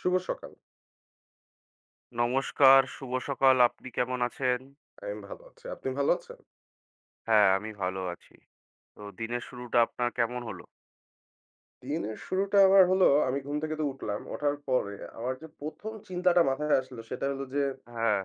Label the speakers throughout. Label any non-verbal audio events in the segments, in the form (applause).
Speaker 1: শুভ সকাল।
Speaker 2: নমস্কার, শুভ সকাল। আপনি কেমন আছেন?
Speaker 1: আমি ভালো আছি। আপনি ভালো আছেন?
Speaker 2: হ্যাঁ, আমি ভালো আছি। তো দিনের শুরুটা আপনার কেমন হলো?
Speaker 1: দিনের শুরুটা আমার হলো আমি ঘুম থেকে তো উঠলাম। ওঠার পরে আমার যে ১ম চিন্তাটা মাথায় আসলো সেটা হলো যে,
Speaker 2: হ্যাঁ,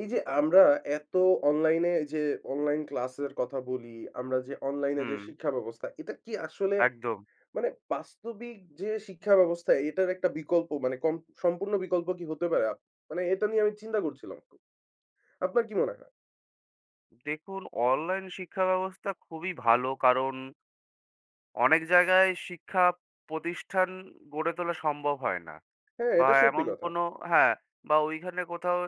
Speaker 1: এই যে আমরা এত অনলাইনে যে অনলাইন ক্লাসের কথা বলি, আমরা যে অনলাইনে যে
Speaker 2: হুম,
Speaker 1: শিক্ষা ব্যবস্থা, এটা কি আসলে
Speaker 2: একদম।
Speaker 1: মানে বাস্তবিক যে শিক্ষা ব্যবস্থা এটার একটা বিকল্প মানে কম সম্পূর্ণ বিকল্প কি হতে পারে? মানে এটা নিয়ে আমি চিন্তা করছিলাম খুব। আপনার কি মনে হয়?
Speaker 2: দেখুন, অনলাইন শিক্ষা ব্যবস্থা খুবই ভালো, কারণ অনেক জায়গায় শিক্ষা প্রতিষ্ঠান গড়ে তোলা সম্ভব হয় না।
Speaker 1: হ্যাঁ,
Speaker 2: বা
Speaker 1: এটা সত্যি
Speaker 2: এমন
Speaker 1: কথা।
Speaker 2: কোনো হ্যাঁ, বা ওইখানে কোথাও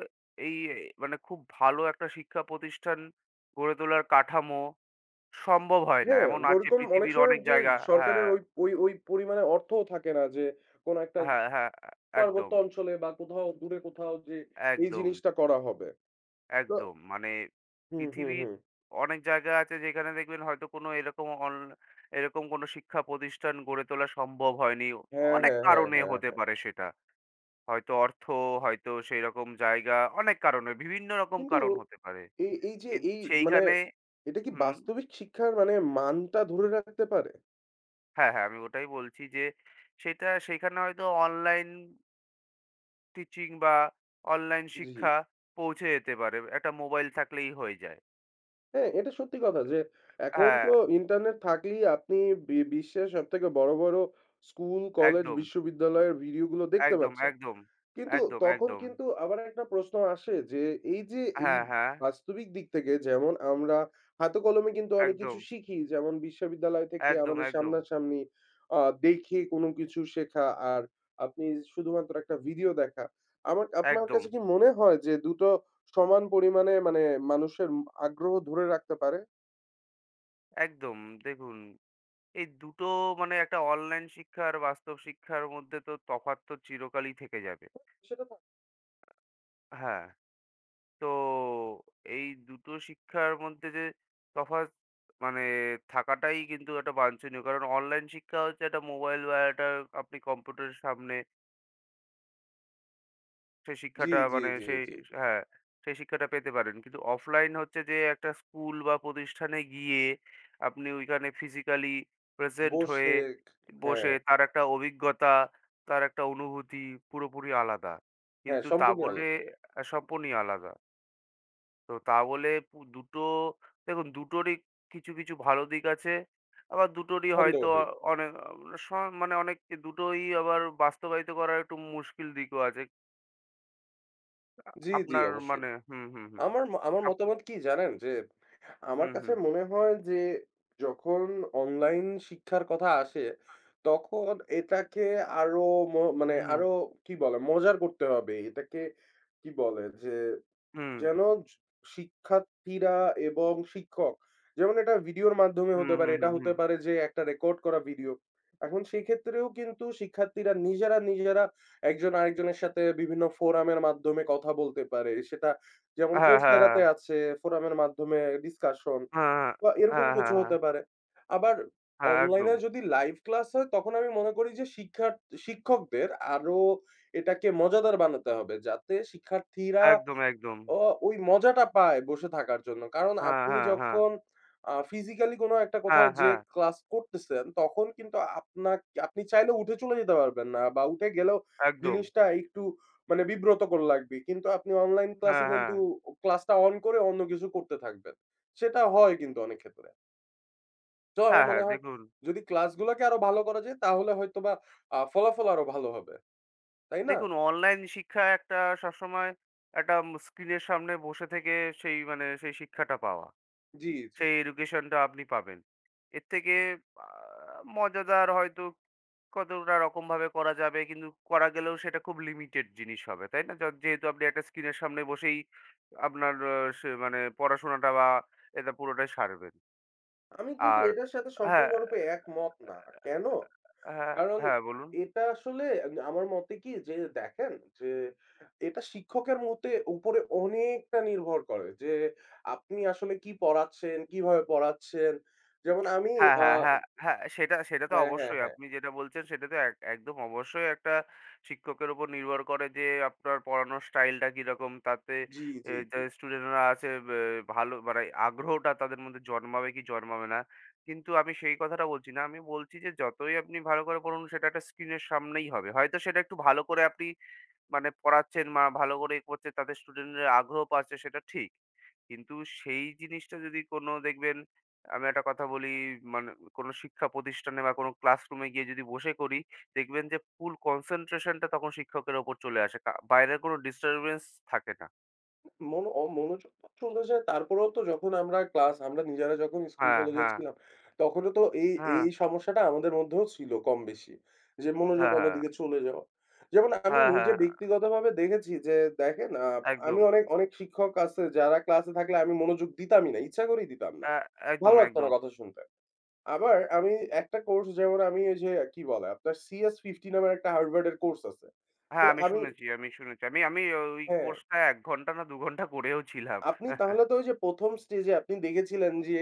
Speaker 2: এই মানে খুব ভালো একটা শিক্ষা প্রতিষ্ঠান গড়ে তোলার কাঠামো সম্ভব হয় না।
Speaker 1: হ্যাঁ,
Speaker 2: এমন আছে
Speaker 1: ওরকম অনেক
Speaker 2: পৃথিবীর
Speaker 1: সময়
Speaker 2: অনেক
Speaker 1: যে
Speaker 2: জায়গা।
Speaker 1: সরকারের
Speaker 2: হ্যাঁ,
Speaker 1: ওই ওই ওই পরিমাণে অর্থও থাকে না যে কোন একটা
Speaker 2: হ্যাঁ,
Speaker 1: পার্বত্য
Speaker 2: একদম,
Speaker 1: অঞ্চলে বা কোথাও দূরে কোথাও যে এই
Speaker 2: একদম।
Speaker 1: জিনিসটা করা হবে। তো
Speaker 2: একদম। মানে
Speaker 1: হুম, হুম,
Speaker 2: পৃথিবীর
Speaker 1: হুম।
Speaker 2: অনেক জায়গা আছে যেখানে দেখবেন হয়তো কোনো এরকম এরকম কোনো শিক্ষা প্রতিষ্ঠান গড়ে তোলা সম্ভব হয়নি।
Speaker 1: হ্যাঁ,
Speaker 2: অনেক
Speaker 1: হ্যাঁ, হ্যাঁ,
Speaker 2: কারণে
Speaker 1: হ্যাঁ,
Speaker 2: হতে
Speaker 1: হ্যাঁ।
Speaker 2: পারে সেটা। হয়তো অর্থ, হয়তো সেইরকম জায়গা, অনেক কারণে, বিভিন্ন রকম
Speaker 1: কিন্তু
Speaker 2: কারণ হতে পারে।
Speaker 1: এই এই যে
Speaker 2: কিন
Speaker 1: এই মানে
Speaker 2: সেইখানে
Speaker 1: এটা কি
Speaker 2: হুম,
Speaker 1: বাস্তবিক শিক্ষার মানে মানটা ধরে রাখতে পারে?
Speaker 2: হ্যাঁ, আমি ওটাই বলছি যে সেটা সেইখানে হয়তো অনলাইন টিচিং বা অনলাইন
Speaker 1: জি।
Speaker 2: শিক্ষা পৌঁছে যেতে পারে। একটা মোবাইল থাকলেই হয়ে যায়।
Speaker 1: হ্যাঁ, এটা সত্যি কথা যে এখন
Speaker 2: হ্যাঁ,
Speaker 1: তো ইন্টারনেট থাকলেই আপনি বিশ্বের সবথেকে বড় স্কুল, কলেজ,
Speaker 2: একদম।
Speaker 1: বিশ্ববিদ্যালয়ের ভিডিওগুলো দেখতে
Speaker 2: একদম,
Speaker 1: পাচ্ছেন।
Speaker 2: একদম,
Speaker 1: কিন্তু
Speaker 2: একদম,
Speaker 1: তখন
Speaker 2: একদম।
Speaker 1: কিন্তু আবার একটা প্রশ্ন আসে যে, এই যে এই
Speaker 2: হ্যাঁ, হ্যাঁ।
Speaker 1: বাস্তবিক দিক থেকে যেমন আমরা হাতে কলমে কিন্তু অনেক
Speaker 2: একদম,
Speaker 1: কিছু শিখি। যেমন বিশ্ববিদ্যালয় থেকে
Speaker 2: একদম,
Speaker 1: আমাদের
Speaker 2: একদম,
Speaker 1: সামনাসামনি আ দেখে কোনো কিছু শেখা আর আপনি শুধুমাত্র একটা ভিডিও দেখা। আমার আপনার
Speaker 2: একদম,
Speaker 1: কাছে কি মনে হয় যে দুটো সমান পরিমাণে মানে মানুষের আগ্রহ ধরে রাখতে পারে?
Speaker 2: একদম। দেখুন, এই দুটো মানে একটা অনলাইন শিক্ষা আর বাস্তব শিক্ষার মধ্যে তো তফাৎ তো চিরকালই থেকে যাবে।
Speaker 1: সেটা তো
Speaker 2: হ্যাঁ, তো এই দুটো শিক্ষার মধ্যে যে তফাৎ মানে থাকাটাই কিন্তু একটা বাঞ্ছনীয়। কারণ অনলাইন শিক্ষা হচ্ছে একটা মোবাইল বা একটা আপনি কম্পিউটারের সামনে সেই
Speaker 1: জি,
Speaker 2: শিক্ষাটা
Speaker 1: জি,
Speaker 2: মানে
Speaker 1: জি,
Speaker 2: সেই
Speaker 1: জি।
Speaker 2: হ্যাঁ, সেই শিক্ষাটা পেতে পারেন। কিন্তু অফলাইন হচ্ছে যে একটা স্কুল বা প্রতিষ্ঠানে গিয়ে আপনি ওইখানে ফিজিক্যালি প্রেজেন্ট হয়ে
Speaker 1: বসে হ্যাঁ,
Speaker 2: বসে তার একটা অভিজ্ঞতা, তার একটা অনুভূতি পুরোপুরি আলাদা।
Speaker 1: হ্যাঁ
Speaker 2: কিন্তু তা
Speaker 1: সম্পূর্ণই
Speaker 2: বলে
Speaker 1: আলাদা।
Speaker 2: সম্পূর্ণই আলাদা। তো তা বলে দুটো দেখুন দুটোরই কিছু, কিছু ভালো দিক আছে। আবার দুটোরই হয়তো
Speaker 1: সন্দেহহীন।
Speaker 2: অনেক স মানে অনেক দুটোই আবার বাস্তবায়িত করার একটু মুশকিল দিকও আছে।
Speaker 1: জি, জি
Speaker 2: আপনার
Speaker 1: অবশ্যই।
Speaker 2: মানে হুম, হুম, হুম।
Speaker 1: আমার
Speaker 2: আপ
Speaker 1: মতামত কি জানেন? যে আমার
Speaker 2: হুম,
Speaker 1: কাছে
Speaker 2: হুম,
Speaker 1: মনে হয় যে যখন অনলাইন শিক্ষার কথা আসে, তখন এটাকে আরো মানে
Speaker 2: হুম, হুম,
Speaker 1: আরো কি বলে মজার করতে হবে। এটাকে কি বলে যে
Speaker 2: হুম,
Speaker 1: যেন জ শিক্ষার্থীরা এবং শিক্ষক যেমন এটা ভিডিওর মাধ্যমে
Speaker 2: হুম,
Speaker 1: হতে পারে,
Speaker 2: হুম,
Speaker 1: এটা হতে
Speaker 2: হুম।
Speaker 1: পারে যে একটা রেকর্ড করা ভিডিও। এখন সেক্ষেত্রেও কিন্তু শিক্ষার্থীরা নিজেরা একজন আরেকজনের সাথে বিভিন্ন ফোরামের মাধ্যমে কথা বলতে পারে। সেটা যেমন
Speaker 2: হ্যাঁ, হ্যাঁ,
Speaker 1: Coursera তে
Speaker 2: হ্যাঁ।
Speaker 1: আছে ফোরামের মাধ্যমে ডিসকাশন
Speaker 2: হ্যাঁ, হ্যাঁ,
Speaker 1: বা এরকম
Speaker 2: হ্যাঁ,
Speaker 1: কিছু
Speaker 2: হ্যাঁ, হ্যাঁ, হ্যাঁ,
Speaker 1: হতে পারে। আবার
Speaker 2: হ্যাঁ, একদম,
Speaker 1: অনলাইনে যদি লাইভ ক্লাস হয় তখন আমি মনে করি যে শিক্ষকদের আরো এটাকে মজাদার বানাতে হবে। যাতে শিক্ষার্থীরা
Speaker 2: একদম।
Speaker 1: অ ওই মজাটা পায় বসে থাকার জন্য। কারণ
Speaker 2: হ্যাঁ,
Speaker 1: আপনি
Speaker 2: হ্যাঁ, হ্যাঁ,
Speaker 1: যখন ফিজিক্যালি কোনো একটা কোথাও
Speaker 2: হ্যাঁ,
Speaker 1: যেয়ে
Speaker 2: হ্যাঁ,
Speaker 1: ক্লাস করতেছেন, তখন কিন্তু আপনি চাইলে উঠে চলে যেতে পারবেন না বা উঠে গেলেও
Speaker 2: একদম।
Speaker 1: জিনিসটা একটু মানে বিব্রতকর লাগবে। কিন্তু আপনি অনলাইন ক্লাসে
Speaker 2: হ্যাঁ,
Speaker 1: কিন্তু
Speaker 2: হ্যাঁ,
Speaker 1: ক্লাসটা অন করে অন্য কিছু করতে থাকবেন। সেটা হয় কিন্তু অনেক ক্ষেত্রে। তো আমার
Speaker 2: হ্যাঁ,
Speaker 1: মনে
Speaker 2: হ্যাঁ,
Speaker 1: হয়
Speaker 2: দেখুন,
Speaker 1: যদি ক্লাসগুলোকে আরো ভালো করা যায় তাহলে হয়তোবা ফলাফল আরো ভালো হবে। তাই না?
Speaker 2: দেখুন, অনলাইন শিক্ষা একটা সবসময় একটা স্ক্রিনের সামনে বসে থেকে সেই মানে সেই শিক্ষাটা পাওয়া।
Speaker 1: জি, জি।
Speaker 2: সেই এডুকেশনটা আপনি পাবেন। এর থেকে আ মজাদার হয়তো কতটা রকমভাবে করা যাবে কিন্তু করা গেলেও সেটা খুব লিমিটেড জিনিস হবে, তাই না? যেহেতু আপনি একটা স্ক্রিনের সামনে বসেই আপনার সে মানে পড়াশোনাটা বা এটা পুরোটাই সারবেন।
Speaker 1: আমি কিন্তু
Speaker 2: আর
Speaker 1: এটার সাথে
Speaker 2: হ্যাঁ,
Speaker 1: সম্পূর্ণরূপে একমত না। কেন?
Speaker 2: হ্যাঁ,
Speaker 1: কারণ
Speaker 2: হ্যাঁ বলুন।
Speaker 1: এটা আসলে আমার মতে কি যে দেখেন যে এটা শিক্ষকের মতে উপরে অনেকটা নির্ভর করে যে আপনি আসলে কি পড়াচ্ছেন, কিভাবে পড়াচ্ছেন। যেমন আমি
Speaker 2: হ্যাঁ,
Speaker 1: আ
Speaker 2: হ্যাঁ, হ্যাঁ, হ্যাঁ, সেটা সেটা তো
Speaker 1: হ্যাঁ, হ্যাঁ,
Speaker 2: অবশ্যই।
Speaker 1: হ্যাঁ।
Speaker 2: আপনি যেটা বলছেন সেটা তো একদম অবশ্যই একটা শিক্ষকের উপর নির্ভর করে যে আপনার পড়ানোর স্টাইলটা কিরকম। তাতে
Speaker 1: জি, জি,
Speaker 2: যে
Speaker 1: জি।
Speaker 2: স্টুডেন্টরা আছে ভালো মানে আগ্রহটা তাদের মধ্যে জন্মাবে কি জন্মাবে না। কিন্তু আমি সেই কথাটা বলছি না। আমি বলছি যে যতই আপনি ভালো করে পড়ুন সেটা একটা স্ক্রিনের সামনেই হবে। হয়তো সেটা একটু ভালো করে আপনি মানে পড়াচ্ছেন ভালো করে করছে তাদের স্টুডেন্টদের আগ্রহ পাচ্ছে, সেটা ঠিক। কিন্তু সেই জিনিসটা যদি কোনো দেখবেন আমি একটা কথা বলি, মানে কোনো শিক্ষা প্রতিষ্ঠানে বা কোনো ক্লাসরুমে গিয়ে যদি বসে করি, দেখবেন যে ফুল কনসেনট্রেশনটা তখন শিক্ষকের ওপর চলে আসে। বাইরের কোনো ডিস্টার্বেন্স থাকে না।
Speaker 1: মনোযোগটা চলে যায়। তারপরেও তো যখন আমরা ক্লাস আমরা নিজেরা যখন স্কুল
Speaker 2: হ্যাঁ,
Speaker 1: কলেজে
Speaker 2: হ্যাঁ,
Speaker 1: ছিলাম, তখনও তো এই,
Speaker 2: হ্যাঁ,
Speaker 1: এই সমস্যাটা আমাদের মধ্যেও ছিল কম বেশি। যে মনোযোগ
Speaker 2: হ্যাঁ, হ্যাঁ,
Speaker 1: অন্যদিকে চলে যাওয়া। যেমন আমি
Speaker 2: হ্যাঁ,
Speaker 1: নিজে
Speaker 2: হ্যাঁ, হ্যাঁ,
Speaker 1: ব্যক্তিগতভাবে দেখেছি যে দেখেন আ আমি
Speaker 2: একদম।
Speaker 1: অনেক, অনেক শিক্ষক আছে যারা ক্লাসে থাকলে আমি মনোযোগ দিতামই না। ইচ্ছা করেই দিতাম না।
Speaker 2: অ্যা
Speaker 1: ভালো
Speaker 2: একদম,
Speaker 1: লাগতো না
Speaker 2: একদম।
Speaker 1: কথা শুনতে। আবার আমি একটা কোর্স যেমন আমি ওই যে কি বলে আপনার CS50 নামের একটা হার্ভার্ডের কোর্স আছে। তো
Speaker 2: হ্যাঁ, আমি
Speaker 1: আমি
Speaker 2: শুনেছি, আমি শুনেছি। আমি আমি ওই
Speaker 1: হ্যাঁ।
Speaker 2: কোর্সটা ১ ঘন্টা না ২ ঘন্টা করেও ছিলাম।
Speaker 1: আপনি তাহলে
Speaker 2: (laughs)
Speaker 1: তো ওই যে ১ম স্টেজে আপনি দেখেছিলেন যে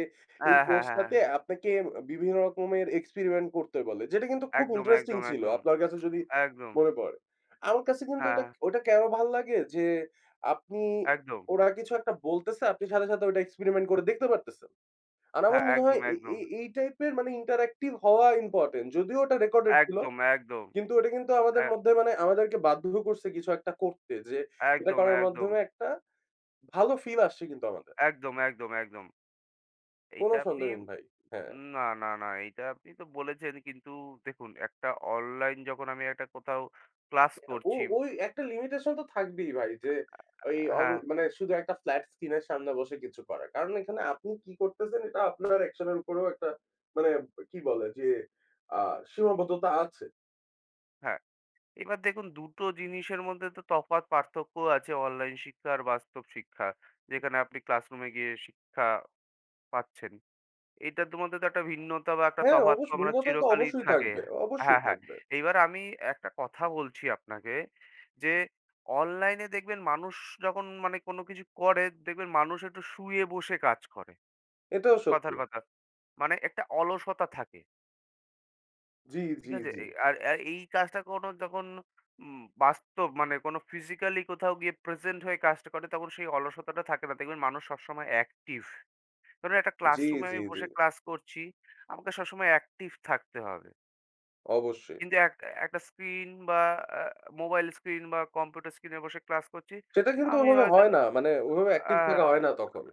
Speaker 1: এই
Speaker 2: হ্যাঁ, হ্যাঁ, হ্যাঁ,
Speaker 1: কোর্সটাতে
Speaker 2: হ্যাঁ।
Speaker 1: আপনাকে বিভিন্ন রকমের এক্সপেরিমেন্ট করতে বলে। যেটা কিন্তু খুব
Speaker 2: একদম,
Speaker 1: ইন্টারেস্টিং
Speaker 2: একদম,
Speaker 1: ছিল
Speaker 2: একদম।
Speaker 1: আপনার কাছে যদি
Speaker 2: একদম।
Speaker 1: মনে পড়ে। আমার কাছে কিন্তু ওইটা,
Speaker 2: হ্যাঁ,
Speaker 1: ওইটা কেন ভাল লাগে যে আপনি
Speaker 2: একদম।
Speaker 1: ওরা কিছু একটা বলতেছে আপনি সাথে ওইটা এক্সপেরিমেন্ট করে দেখতে পারতেছেন। আর
Speaker 2: হ্যাঁ,
Speaker 1: আমার মনে হয়
Speaker 2: একদম,
Speaker 1: এই,
Speaker 2: একদম।
Speaker 1: এই, এই টাইপের মানে ইন্টারেক্টিভ হওয়া ইম্পোর্টেন্ট। যদিও ওটা রেকর্ডেড ছিল
Speaker 2: একদম, একদম।
Speaker 1: কিন্তু ওটা কিন্তু আমাদের
Speaker 2: অ্যা
Speaker 1: মধ্যে মানে আমাদেরকে বাধ্য করছে কিছু একটা করতে যে এটা
Speaker 2: একদম,
Speaker 1: করার
Speaker 2: একদম।
Speaker 1: মাধ্যমে একটা ভালো ফিল আসছে কিন্তু আমাদের।
Speaker 2: একদম।
Speaker 1: কোন
Speaker 2: এইটা আপনি
Speaker 1: সন্দেহহীন ভাই। হ্যাঁ।
Speaker 2: না, না, না, এইটা আপনি তো বলেছেন, কিন্তু দেখুন একটা অনলাইন যখন আমি একটা কোথাও ক্লাস করছি।
Speaker 1: ওই একটা লিমিটেশন তো থাকবেই ভাই যে ওই অন
Speaker 2: হ্যাঁ,
Speaker 1: মানে শুধু একটা ফ্ল্যাট স্ক্রিনের সামনে বসে কিছু করা। কারণ এখানে আপনি কি করতেছেন এটা আপনার অ্যাকশন এর উপরেও একটা মানে কি বলে যে আ সীমাবদ্ধতা আছে।
Speaker 2: হ্যাঁ। এবার দেখুন ২ টো জিনিসের মধ্যে তো তফাৎ পার্থক্য আছে অনলাইন শিক্ষা আর বাস্তব শিক্ষা। যেখানে আপনি ক্লাসরুমে গিয়ে শিক্ষা পাচ্ছেন। এটার তো মধ্যে তো একটা ভিন্নতা বা একটা
Speaker 1: হ্যাঁ,
Speaker 2: তফাৎ তো
Speaker 1: অবশ্য
Speaker 2: আমরা
Speaker 1: ভিন্নতা তো
Speaker 2: চিরকালই
Speaker 1: অবশ্যই
Speaker 2: থাকে।
Speaker 1: থাকবে, অবশ্যই
Speaker 2: হ্যাঁ, হ্যাঁ।
Speaker 1: থাকবে।
Speaker 2: এইবার আমি একটা কথা বলছি আপনাকে যে, অনলাইনে দেখবেন মানুষ যখন মানে কোনো কিছু করে, দেখবেন মানুষ একটু শুয়ে বসে কাজ করে।
Speaker 1: এটাও সত্যি।
Speaker 2: কথার কথা। মানে একটা অলসতা থাকে।
Speaker 1: জি,
Speaker 2: ঠিক
Speaker 1: জি,
Speaker 2: আছে?
Speaker 1: জি।
Speaker 2: এ আর আর এই কাজটা কোনো যখন বাস্তব মানে কোনো ফিজিক্যালি কোথাও গিয়ে প্রেজেন্ট হয়ে কাজটা করে, তখন সেই অলসতাটা থাকে না। দেখবেন মানুষ সবসময় অ্যাক্টিভ। ধরুন একটা
Speaker 1: জি,
Speaker 2: ক্লাসরুমে
Speaker 1: জি,
Speaker 2: আমি
Speaker 1: জি।
Speaker 2: বসে ক্লাস করছি। আমাকে সবসময় অ্যাক্টিভ থাকতে হবে।
Speaker 1: অবশ্যই।
Speaker 2: কিন্তু একটা স্ক্রিন বা আ মোবাইল স্ক্রিন বা কম্পিউটার স্ক্রিনে বসে ক্লাস করছি।
Speaker 1: সেটা কিন্তু
Speaker 2: আমি
Speaker 1: ওভাবে
Speaker 2: হয়তো
Speaker 1: হয় না। মানে ওভাবে
Speaker 2: আ
Speaker 1: অ্যাকটিভ থাকা হয় না তখন।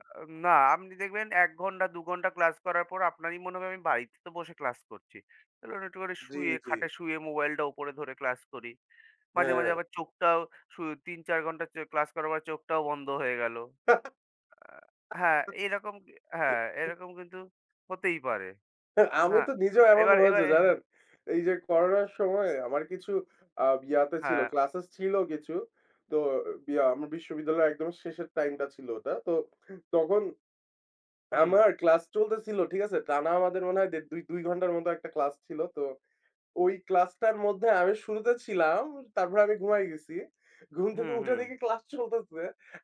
Speaker 2: না, আপনি দেখবেন ১ ঘন্টা ২ ঘন্টা ক্লাস করার পর আপনারই মনে হবে আমি বাড়িতে তো বসে ক্লাস করছি। তাহলে আমি একটু করে
Speaker 1: জি,
Speaker 2: শুয়ে
Speaker 1: জি।
Speaker 2: খাটে শুয়ে মোবাইলটা উপরে ধরে ক্লাস করি। মাঝে,
Speaker 1: হ্যাঁ।
Speaker 2: মাঝে আবার চোখটাও ৩-৪ ঘন্টা ক্লাস করার পর চোখটাও বন্ধ হয়ে গেল।
Speaker 1: (laughs)
Speaker 2: আ হ্যাঁ, হ্যাঁ, এরকম কিন্তু হতেই পারে।
Speaker 1: আমি
Speaker 2: না,
Speaker 1: তো নিজেও এমন
Speaker 2: এবার এবার
Speaker 1: হয়েছে জানেন? এই যে করোনার সময় আমার কিছু ইয়াতে ছিল,
Speaker 2: হ্যাঁ,
Speaker 1: ক্লাসেস ছিল কিছু। তো ইয়া আমার বিশ্ববিদ্যালয়ের একদম শেষের টাইমটা ছিল ওটা। তো তখন
Speaker 2: হুম,
Speaker 1: আমার ক্লাস চলতেছিল, ঠিক আছে? টানা আমাদের মনে হয় দেড় ২ ঘন্টার মতো একটা ক্লাস ছিল। তো ওই ক্লাসটার মধ্যে আমি শুরুতে ছিলাম, তারপরে আমি ঘুমায় গেছি। ঘুম থেকে
Speaker 2: হুম,
Speaker 1: উঠে
Speaker 2: হুম।
Speaker 1: দেখি ক্লাস চলতেছে।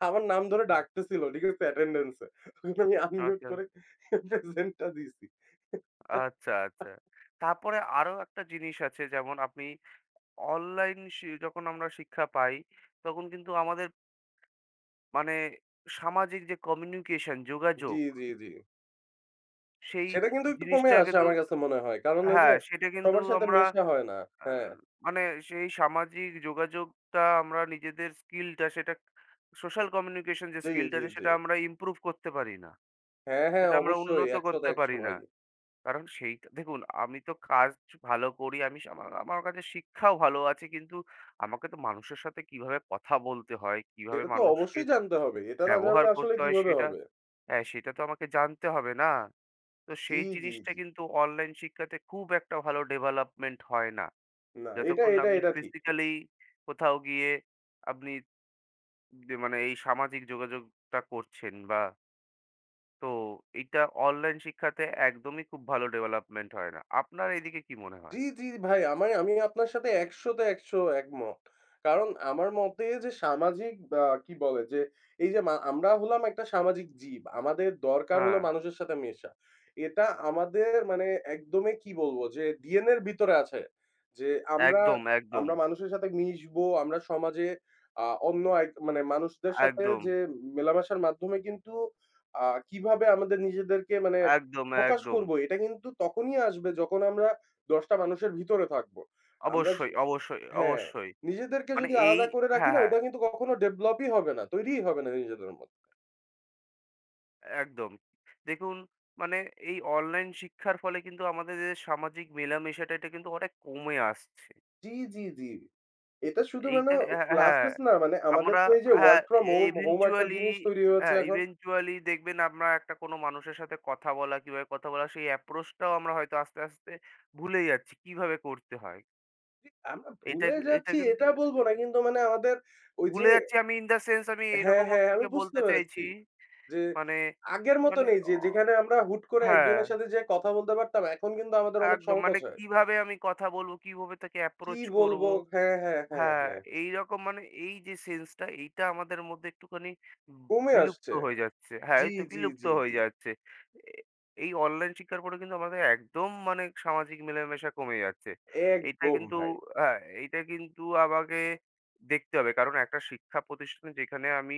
Speaker 1: আমার নাম ধরে ডাকতেছিল, ঠিক আছে? অ্যাটেন্ডেন্স এ। তখন আমি আনমিউট
Speaker 2: আচ্ছা,
Speaker 1: করে প্রেজেন্টটা দিছি।
Speaker 2: আচ্ছা। তারপরে আরো একটা জিনিস আছে, যেমন আপনি অনলাইন শি যখন আমরা শিক্ষা পাই তখন কিন্তু আমাদের মানে সামাজিক যে কমিউনিকেশন
Speaker 1: জি,
Speaker 2: যোগাযোগ
Speaker 1: জি, জি।
Speaker 2: সেই
Speaker 1: সেটা কিন্তু একটু কমে
Speaker 2: জিনিসটা
Speaker 1: আসে
Speaker 2: কিন্তু
Speaker 1: আমার কাছে মনে হয়। কারণ ওই যে
Speaker 2: হ্যাঁ, সেটা কিন্তু
Speaker 1: সবার সাথে
Speaker 2: আমরা
Speaker 1: মেশা হয় না।
Speaker 2: আ
Speaker 1: হ্যাঁ,
Speaker 2: মানে সেই সামাজিক যোগাযোগটা আমরা নিজেদের স্কিলটা সেটা সোশ্যাল কমিউনিকেশন যে
Speaker 1: জি,
Speaker 2: স্কিলটা
Speaker 1: জি,
Speaker 2: আছে
Speaker 1: জি।
Speaker 2: সেটা আমরা ইমপ্রুভ করতে পারি না।
Speaker 1: হ্যাঁ, হ্যাঁ,
Speaker 2: সেটা আমরা
Speaker 1: অবশ্যই
Speaker 2: উন্নত করতে
Speaker 1: ১০০-১০০
Speaker 2: পারি না।
Speaker 1: ভাই।
Speaker 2: কারণ সেইটা দেখুন আমি তো কাজ ভালো করি। আমি স আমা আমার কাছে শিক্ষাও ভালো আছে। কিন্তু আমাকে তো মানুষের সাথে কিভাবে কথা বলতে হয়, কিভাবে
Speaker 1: এটা তো
Speaker 2: মানুষকে
Speaker 1: অবশ্যই জানতে হবে। এটা না
Speaker 2: ব্যবহার
Speaker 1: জানলে আসলে
Speaker 2: করতে হয়
Speaker 1: কিভাবে
Speaker 2: সেটা
Speaker 1: হবে?
Speaker 2: হ্যাঁ, সেটা তো আমাকে জানতে হবে না? তো
Speaker 1: জি,
Speaker 2: সেই
Speaker 1: জি,
Speaker 2: জিনিসটা
Speaker 1: জি।
Speaker 2: কিন্তু অনলাইন শিক্ষাতে খুব একটা ভালো ডেভেলপমেন্ট হয় না।
Speaker 1: না, এটা,
Speaker 2: যতক্ষণ না
Speaker 1: এটা,
Speaker 2: আপনি
Speaker 1: এটা ঠিক।
Speaker 2: ফিজিক্যালি কোথাও গিয়ে আপনি মানে এই সামাজিক যোগাযোগটা করছেন বা তো এইটা অনলাইন শিক্ষাতে একদমই খুব ভালো ডেভেলপমেন্ট হয় না। আপনার এইদিকে কি মনে
Speaker 1: জি,
Speaker 2: হয়?
Speaker 1: জি ভাই আমি আপনার সাথে ১০০ তে ১০০ একমত। কারণ আমার মতে যে সামাজিক কি বলে যে এই যে আমরা হলাম একটা সামাজিক জীব। আমাদের দরকার হলো
Speaker 2: হ্যাঁ,
Speaker 1: মানুষের সাথে মেশা। এটা আমাদের মানে একদমই কি বলবো যে DNA এর ভিতরে আছে। যে আমরা
Speaker 2: একদম, একদম,
Speaker 1: আমরা মানুষের সাথে মিশবো, আমরা সমাজে অন্য এক মানে মানুষদের সাথে
Speaker 2: একদম,
Speaker 1: যে মেলামেশার মাধ্যমে কিন্তু কিভাবে আমাদের নিজেদেরকে মানে
Speaker 2: একদম,
Speaker 1: প্রকাশ
Speaker 2: একদম।
Speaker 1: করবো এটা কিন্তু তখনই আসবে যখন আমরা ১০টা মানুষের ভিতরে থাকবো। আমরা য
Speaker 2: অবশ্যই, অবশ্যই,
Speaker 1: হ্যাঁ,
Speaker 2: অবশ্যই।
Speaker 1: নিজেদেরকে
Speaker 2: মানে
Speaker 1: যদি
Speaker 2: এই
Speaker 1: আলাদা করে রাখি
Speaker 2: হ্যাঁ,
Speaker 1: না ওইটা কিন্তু কখনো ডেভেলপই হবে না। তৈরিই হবে না নিজেদের মধ্যে।
Speaker 2: একদম। দেখুন, মানে এই অনলাইন শিক্ষার ফলে কিন্তু আমাদের যে সামাজিক মেলামেশাটা এটা কিন্তু অনেক কমে আসছে।
Speaker 1: জি, জি, জি। এটা শুধু মানে
Speaker 2: এইটা হ্যাঁ,
Speaker 1: ক্লাসেস না মানে আমাদের
Speaker 2: আমরা
Speaker 1: তো এই যে
Speaker 2: হ্যাঁ,
Speaker 1: ওয়ার্ক ফ্রম হোম, হোম একটা
Speaker 2: eventually
Speaker 1: জিনিস তৈরি হয়েছে
Speaker 2: হ্যাঁ,
Speaker 1: এখন।
Speaker 2: eventually দেখবেন আমরা একটা কোনো মানুষের সাথে কথা বলা, কিভাবে কথা বলা সেই approach টাও আমরা হয়তো আস্তে, আস্তে ভুলে যাচ্ছি কিভাবে করতে হয়।
Speaker 1: জি, আমরা
Speaker 2: এটা,
Speaker 1: ভুলে
Speaker 2: এটা
Speaker 1: যাচ্ছি
Speaker 2: কিন্তু
Speaker 1: এটা বলব না কিন্তু মানে আমাদের ওই যে
Speaker 2: ভুলে যাচ্ছি আমি ইন দ্যা সেন্স আমি
Speaker 1: হ্যাঁ, হ্যাঁ
Speaker 2: এরকম
Speaker 1: হ্যাঁ, আমি
Speaker 2: আপনাকে
Speaker 1: বুঝতে
Speaker 2: বলতে
Speaker 1: পেরেছি
Speaker 2: চাইছি
Speaker 1: যে
Speaker 2: মানে
Speaker 1: আগের মতো
Speaker 2: মানে
Speaker 1: নেই যে
Speaker 2: অ
Speaker 1: যেখানে আমরা হুট করে
Speaker 2: হ্যাঁ,
Speaker 1: একজনের সাথে যেয়ে কথা বলতে পারতাম এখন কিন্তু আমাদের অনেক
Speaker 2: একদম। মানে
Speaker 1: সংকোচ হয়।
Speaker 2: কিভাবে আমি কথা বলবো, কিভাবে তাকে
Speaker 1: কি
Speaker 2: অ্যাপ্রোচ করব।
Speaker 1: বলবো? হ্যাঁ, হ্যাঁ, হ্যাঁ,
Speaker 2: হ্যাঁ,
Speaker 1: হ্যাঁ।
Speaker 2: এইরকম মানে এই যে সেন্সটা এইটা আমাদের মধ্যে একটুখানি উম
Speaker 1: কমে
Speaker 2: বিলুপ্ত
Speaker 1: আসছে।
Speaker 2: হয়ে যাচ্ছে। হ্যাঁ,
Speaker 1: জি,
Speaker 2: এই তো
Speaker 1: জি,
Speaker 2: বিলুপ্ত
Speaker 1: জি,
Speaker 2: হয়ে
Speaker 1: জি।
Speaker 2: যাচ্ছে। এ এই অনলাইন শিক্ষার পরে কিন্তু আমাদের একদম মানে সামাজিক মেলামেশা কমে যাচ্ছে। এইটা
Speaker 1: একদম
Speaker 2: কিন্তু
Speaker 1: ভাই।
Speaker 2: হ্যাঁ, এইটা কিন্তু আমাকে দেখতে হবে। কারণ একটা শিক্ষা প্রতিষ্ঠানে যেখানে আমি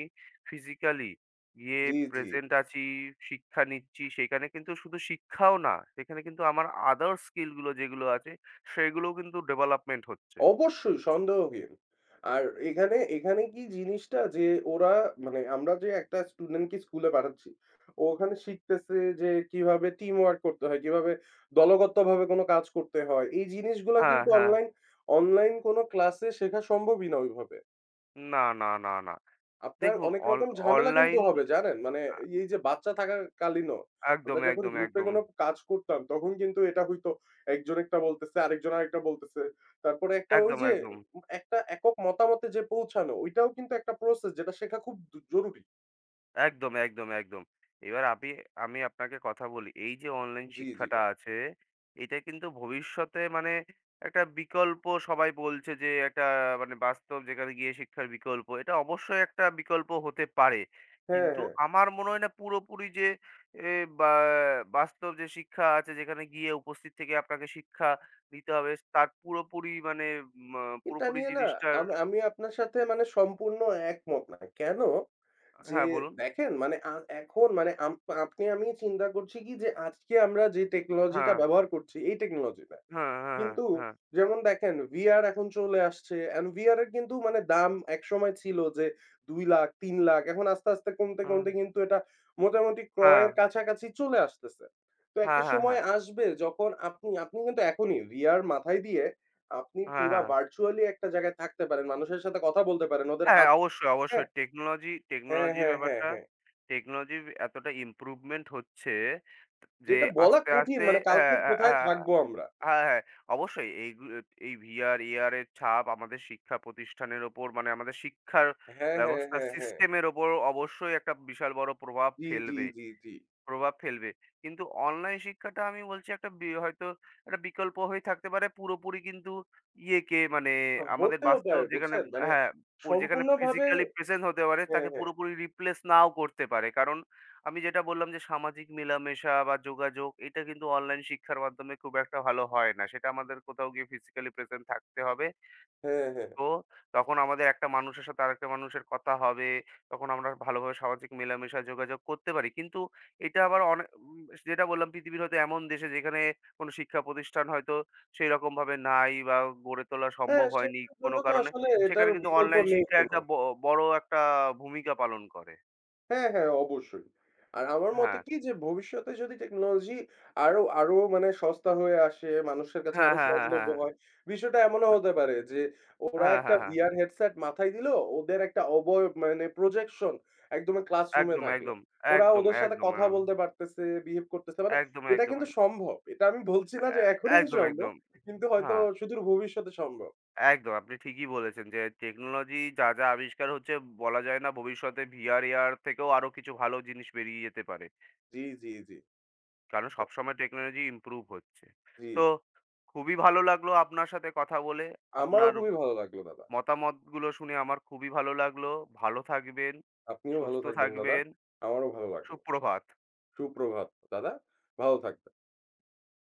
Speaker 2: ফিজিক্যালি গিয়ে
Speaker 1: জি, জি।
Speaker 2: প্রেজেন্ট আছি, শিক্ষা নিচ্ছি, সেখানে কিন্তু শুধু শিক্ষাও না, সেখানে কিন্তু আমার আদার স্কিলগুলো যেগুলো আছে সেগুলোও কিন্তু ডেভেলপমেন্ট হচ্ছে।
Speaker 1: অবশ্যই সন্দেহহীন। আর এখানে কি জিনিসটা যে ওরা মানে আমরা যে একটা স্টুডেন্টকে স্কুলে পাঠাচ্ছি, ওখানে শিখতেছে যে কিভাবে টিম ওয়ার্ক করতে হয়, কিভাবে দলগতভাবে কোন কাজ করতে হয়। এই জিনিসগুলা
Speaker 2: হ্যাঁ,
Speaker 1: কিন্তু
Speaker 2: হ্যাঁ।
Speaker 1: অনলাইন কোন ক্লাসে শেখা সম্ভবই না ওইভাবে।
Speaker 2: না।
Speaker 1: আপনার
Speaker 2: দেখুন
Speaker 1: অনেক রকম ঝামেলা কিন্তু
Speaker 2: অনলাইন
Speaker 1: হবে জানেন? মানে
Speaker 2: আ
Speaker 1: এই যে বাচ্চা থাকাকালীনও আমরা
Speaker 2: একদম,
Speaker 1: যখন
Speaker 2: একদম,
Speaker 1: গ্রুপে
Speaker 2: একদম,
Speaker 1: কোনো কাজ করতাম তখন কিন্তু এটা হইতো একজন একটা বলতেছে, আরেকজন আরেকটা বলতেছে। তারপরে একটা ওই
Speaker 2: একদম,
Speaker 1: যে
Speaker 2: একদম।
Speaker 1: একটা একক মতামতে যে পৌঁছানো ওইটাও কিন্তু একটা প্রসেস যেটা শেখা খুব জরুরি।
Speaker 2: একদম। এবার আপনি আমি আপনাকে কথা বলি। এই যে অনলাইন
Speaker 1: জি, জি।
Speaker 2: শিক্ষাটা আছে, এটা কিন্তু ভবিষ্যতে মানে একটা বিকল্প সবাই বলছে যে একটা মানে বাস্তব যেখানে গিয়ে শিক্ষার বিকল্প। এটা অবশ্যই একটা বিকল্প হতে পারে।
Speaker 1: হ্যাঁ,
Speaker 2: কিন্তু
Speaker 1: হ্যাঁ।
Speaker 2: আমার মনে হয় না পুরোপুরি যে এ বা বাস্তব যে শিক্ষা আছে যেখানে গিয়ে উপস্থিত থেকে আপনাকে শিক্ষা নিতে হবে তার পুরোপুরি মানে ম
Speaker 1: এটা
Speaker 2: পুরোপুরি
Speaker 1: নিয়ে না
Speaker 2: জিনিসটার
Speaker 1: আমি আমি আপনার সাথে মানে সম্পূর্ণ একমত না। কেন? যে
Speaker 2: হ্যাঁ বলুন।
Speaker 1: দেখেন মানে এখন মানে আপনি আমি চিন্তা করছি কি যে আজকে আমরা যে টেকনোলজিটা
Speaker 2: হ্যাঁ,
Speaker 1: ব্যবহার করছি এই টেকনোলজি না।
Speaker 2: হ্যাঁ, হ্যাঁ, হ্যাঁ,
Speaker 1: কিন্তু
Speaker 2: হ্যাঁ,
Speaker 1: যেমন দেখেন VR এখন চলে আসছে। and VR এর কিন্তু মানে দাম একসময় ছিল যে 2,00,000, 3,00,000 এখন আস্তে, আস্তে কমতে,
Speaker 2: হ্যাঁ,
Speaker 1: কমতে কিন্তু এটা মোটামুটি
Speaker 2: হ্যাঁ।
Speaker 1: ক্রয়ের কাছাকাছি চলে আসতেছে। তো একটা
Speaker 2: হ্যাঁ, হ্যাঁ,
Speaker 1: সময়
Speaker 2: হ্যাঁ।
Speaker 1: আসবে যখন আপনি আপনি কিন্তু এখনই VR মাথায় দিয়ে আপনি
Speaker 2: হ্যাঁ,
Speaker 1: পুরা
Speaker 2: হ্যাঁ, হ্যাঁ।
Speaker 1: ভার্চুয়ালি একটা জায়গায় থাকতে পারেন। মানুষের সাথে কথা বলতে পারেন। ওদের
Speaker 2: হ্যাঁ,
Speaker 1: হাত
Speaker 2: অবশ্যই, অবশ্যই।
Speaker 1: হ্যাঁ,
Speaker 2: টেকনোলজি
Speaker 1: হ্যাঁ,
Speaker 2: টেকনোলজি
Speaker 1: হ্যাঁ, হ্যাঁ,
Speaker 2: ব্যাপারটা
Speaker 1: হ্যাঁ।
Speaker 2: টেকনোলজির এতটা ইমপ্রুভমেন্ট হচ্ছে যে
Speaker 1: যেটা বলা
Speaker 2: আস্তে,
Speaker 1: কঠিন
Speaker 2: আস্তে
Speaker 1: মানে কালকে
Speaker 2: হ্যাঁ, হ্যাঁ,
Speaker 1: কোথায়
Speaker 2: হ্যাঁ,
Speaker 1: থাকবো আমরা?
Speaker 2: হ্যাঁ, হ্যাঁ। অবশ্যই এই VR, AR এর ছাপ আমাদের শিক্ষা প্রতিষ্ঠানের ওপর মানে আমাদের শিক্ষার
Speaker 1: হ্যাঁ, হ্যাঁ,
Speaker 2: ব্যবস্থার
Speaker 1: হ্যাঁ, হ্যাঁ।
Speaker 2: সিস্টেমের ওপর অবশ্যই একটা বিশাল বড় প্রভাব
Speaker 1: জি, জি,
Speaker 2: ফেলবে।
Speaker 1: জি, জি।
Speaker 2: প্রভাব ফেলবে। কিন্তু অনলাইন শিক্ষাটা আমি বলছি একটা হয়তো একটা বিকল্প হয়ে থাকতে পারে পুরোপুরি, কিন্তু ইয়েকে মানে আমাদের
Speaker 1: হতেও
Speaker 2: বাস্তব
Speaker 1: পারে
Speaker 2: যেখানে
Speaker 1: বুঝছেন? মানে
Speaker 2: হ্যাঁ, যেখানে
Speaker 1: সম্পূর্ণভাবে
Speaker 2: ফিজিক্যালি প্রেজেন্ট হতে পারে
Speaker 1: হ্যাঁ,
Speaker 2: তাকে
Speaker 1: হ্যাঁ।
Speaker 2: পুরোপুরি রিপ্লেস নাও করতে পারে। কারণ আমি যেটা বললাম যে সামাজিক মেলামেশা বা যোগাযোগ এটা কিন্তু অনলাইন শিক্ষার মাধ্যমে খুব একটা ভালো হয় না। সেটা আমাদের কোথাও গিয়ে ফিজিক্যালি প্রেজেন্ট থাকতে হবে।
Speaker 1: হ্যাঁ, হ্যাঁ।
Speaker 2: তো তখন আমাদের একটা মানুষের সাথে আরেকটা মানুষের কথা হবে। তখন আমরা ভালোভাবে সামাজিক মেলামেশা, যোগাযোগ করতে পারি। কিন্তু এটা আবার অনে উম যেটা বললাম পৃথিবীর হয়তো এমন দেশে যেখানে কোনো শিক্ষা প্রতিষ্ঠান হয়তো সেইরকমভাবে নাই বা গড়ে তোলা
Speaker 1: হ্যাঁ,
Speaker 2: সম্ভব হয়নি
Speaker 1: সেটার জন্য
Speaker 2: কোনো
Speaker 1: তো
Speaker 2: কারণে।
Speaker 1: আসলে এটার
Speaker 2: সেখানে কিন্তু
Speaker 1: বিকল্প
Speaker 2: অনলাইন
Speaker 1: নেই
Speaker 2: শিক্ষা
Speaker 1: কোনো।
Speaker 2: একটা বড় একটা ভূমিকা পালন করে।
Speaker 1: হ্যাঁ, হ্যাঁ, অবশ্যই। আর আমার মতে
Speaker 2: হ্যাঁ।
Speaker 1: কি যে ভবিষ্যতে যদি টেকনোলজি আরো মানে সস্তা হয়ে আসে, মানুষের কাছে
Speaker 2: হ্যাঁ,
Speaker 1: আরো
Speaker 2: হ্যাঁ, হ্যাঁ,
Speaker 1: সহজলভ্য
Speaker 2: হ্যাঁ,
Speaker 1: হয়। বিষয়টা এমনও
Speaker 2: হ্যাঁ।
Speaker 1: হতে পারে যে ওরা
Speaker 2: হ্যাঁ,
Speaker 1: একটা
Speaker 2: হ্যাঁ, হ্যাঁ।
Speaker 1: VR হেডসেট মাথায় দিল, ওদের একটা অবয়ব মানে প্রজেকশন একদম ক্লাসরুমে
Speaker 2: একদম,
Speaker 1: থাকলো।
Speaker 2: একদম,
Speaker 1: ওরা
Speaker 2: একদম,
Speaker 1: ওদের
Speaker 2: আহ,
Speaker 1: সাথে
Speaker 2: একদম, আ
Speaker 1: কথা বলতে পারতেছে, বিহেভ করতেছে। মানে
Speaker 2: একদম,
Speaker 1: এটা
Speaker 2: একদম,
Speaker 1: কিন্তু
Speaker 2: এ
Speaker 1: সম্ভব। এটা আমি বলছি না যে এখনই
Speaker 2: একদম,
Speaker 1: সম্ভব।
Speaker 2: একদম।
Speaker 1: কিন্তু হয়তো
Speaker 2: হ্যাঁ।
Speaker 1: সুদূর ভবিষ্যতে সম্ভব।
Speaker 2: একদম, আপনি ঠিকই বলেছেন যে টেকনোলজি যা, যা আবিষ্কার হচ্ছে বলা যায় না ভবিষ্যতে VR, AR থেকেও আরো কিছু ভালো জিনিস বেরিয়ে যেতে পারে।
Speaker 1: জি, জি, জি।
Speaker 2: কারণ সবসময় টেকনোলজি ইমপ্রুভ হচ্ছে।
Speaker 1: জি।
Speaker 2: তো খুবই ভালো লাগলো আপনার সাথে কথা বলে। আপনার
Speaker 1: আমারও খুবই ভালো লাগলো দাদা।
Speaker 2: মতামতগুলো শুনে আমার খুবই ভালো লাগলো। ভালো থাকবেন,
Speaker 1: আপনিও ভালো
Speaker 2: সুস্থ
Speaker 1: থাকবেন দাদা।
Speaker 2: থাকবেন,
Speaker 1: আমারও ভালো লাগলো।
Speaker 2: সুপ্রভাত।
Speaker 1: সুপ্রভাত দাদা। ভালো থাকবেন।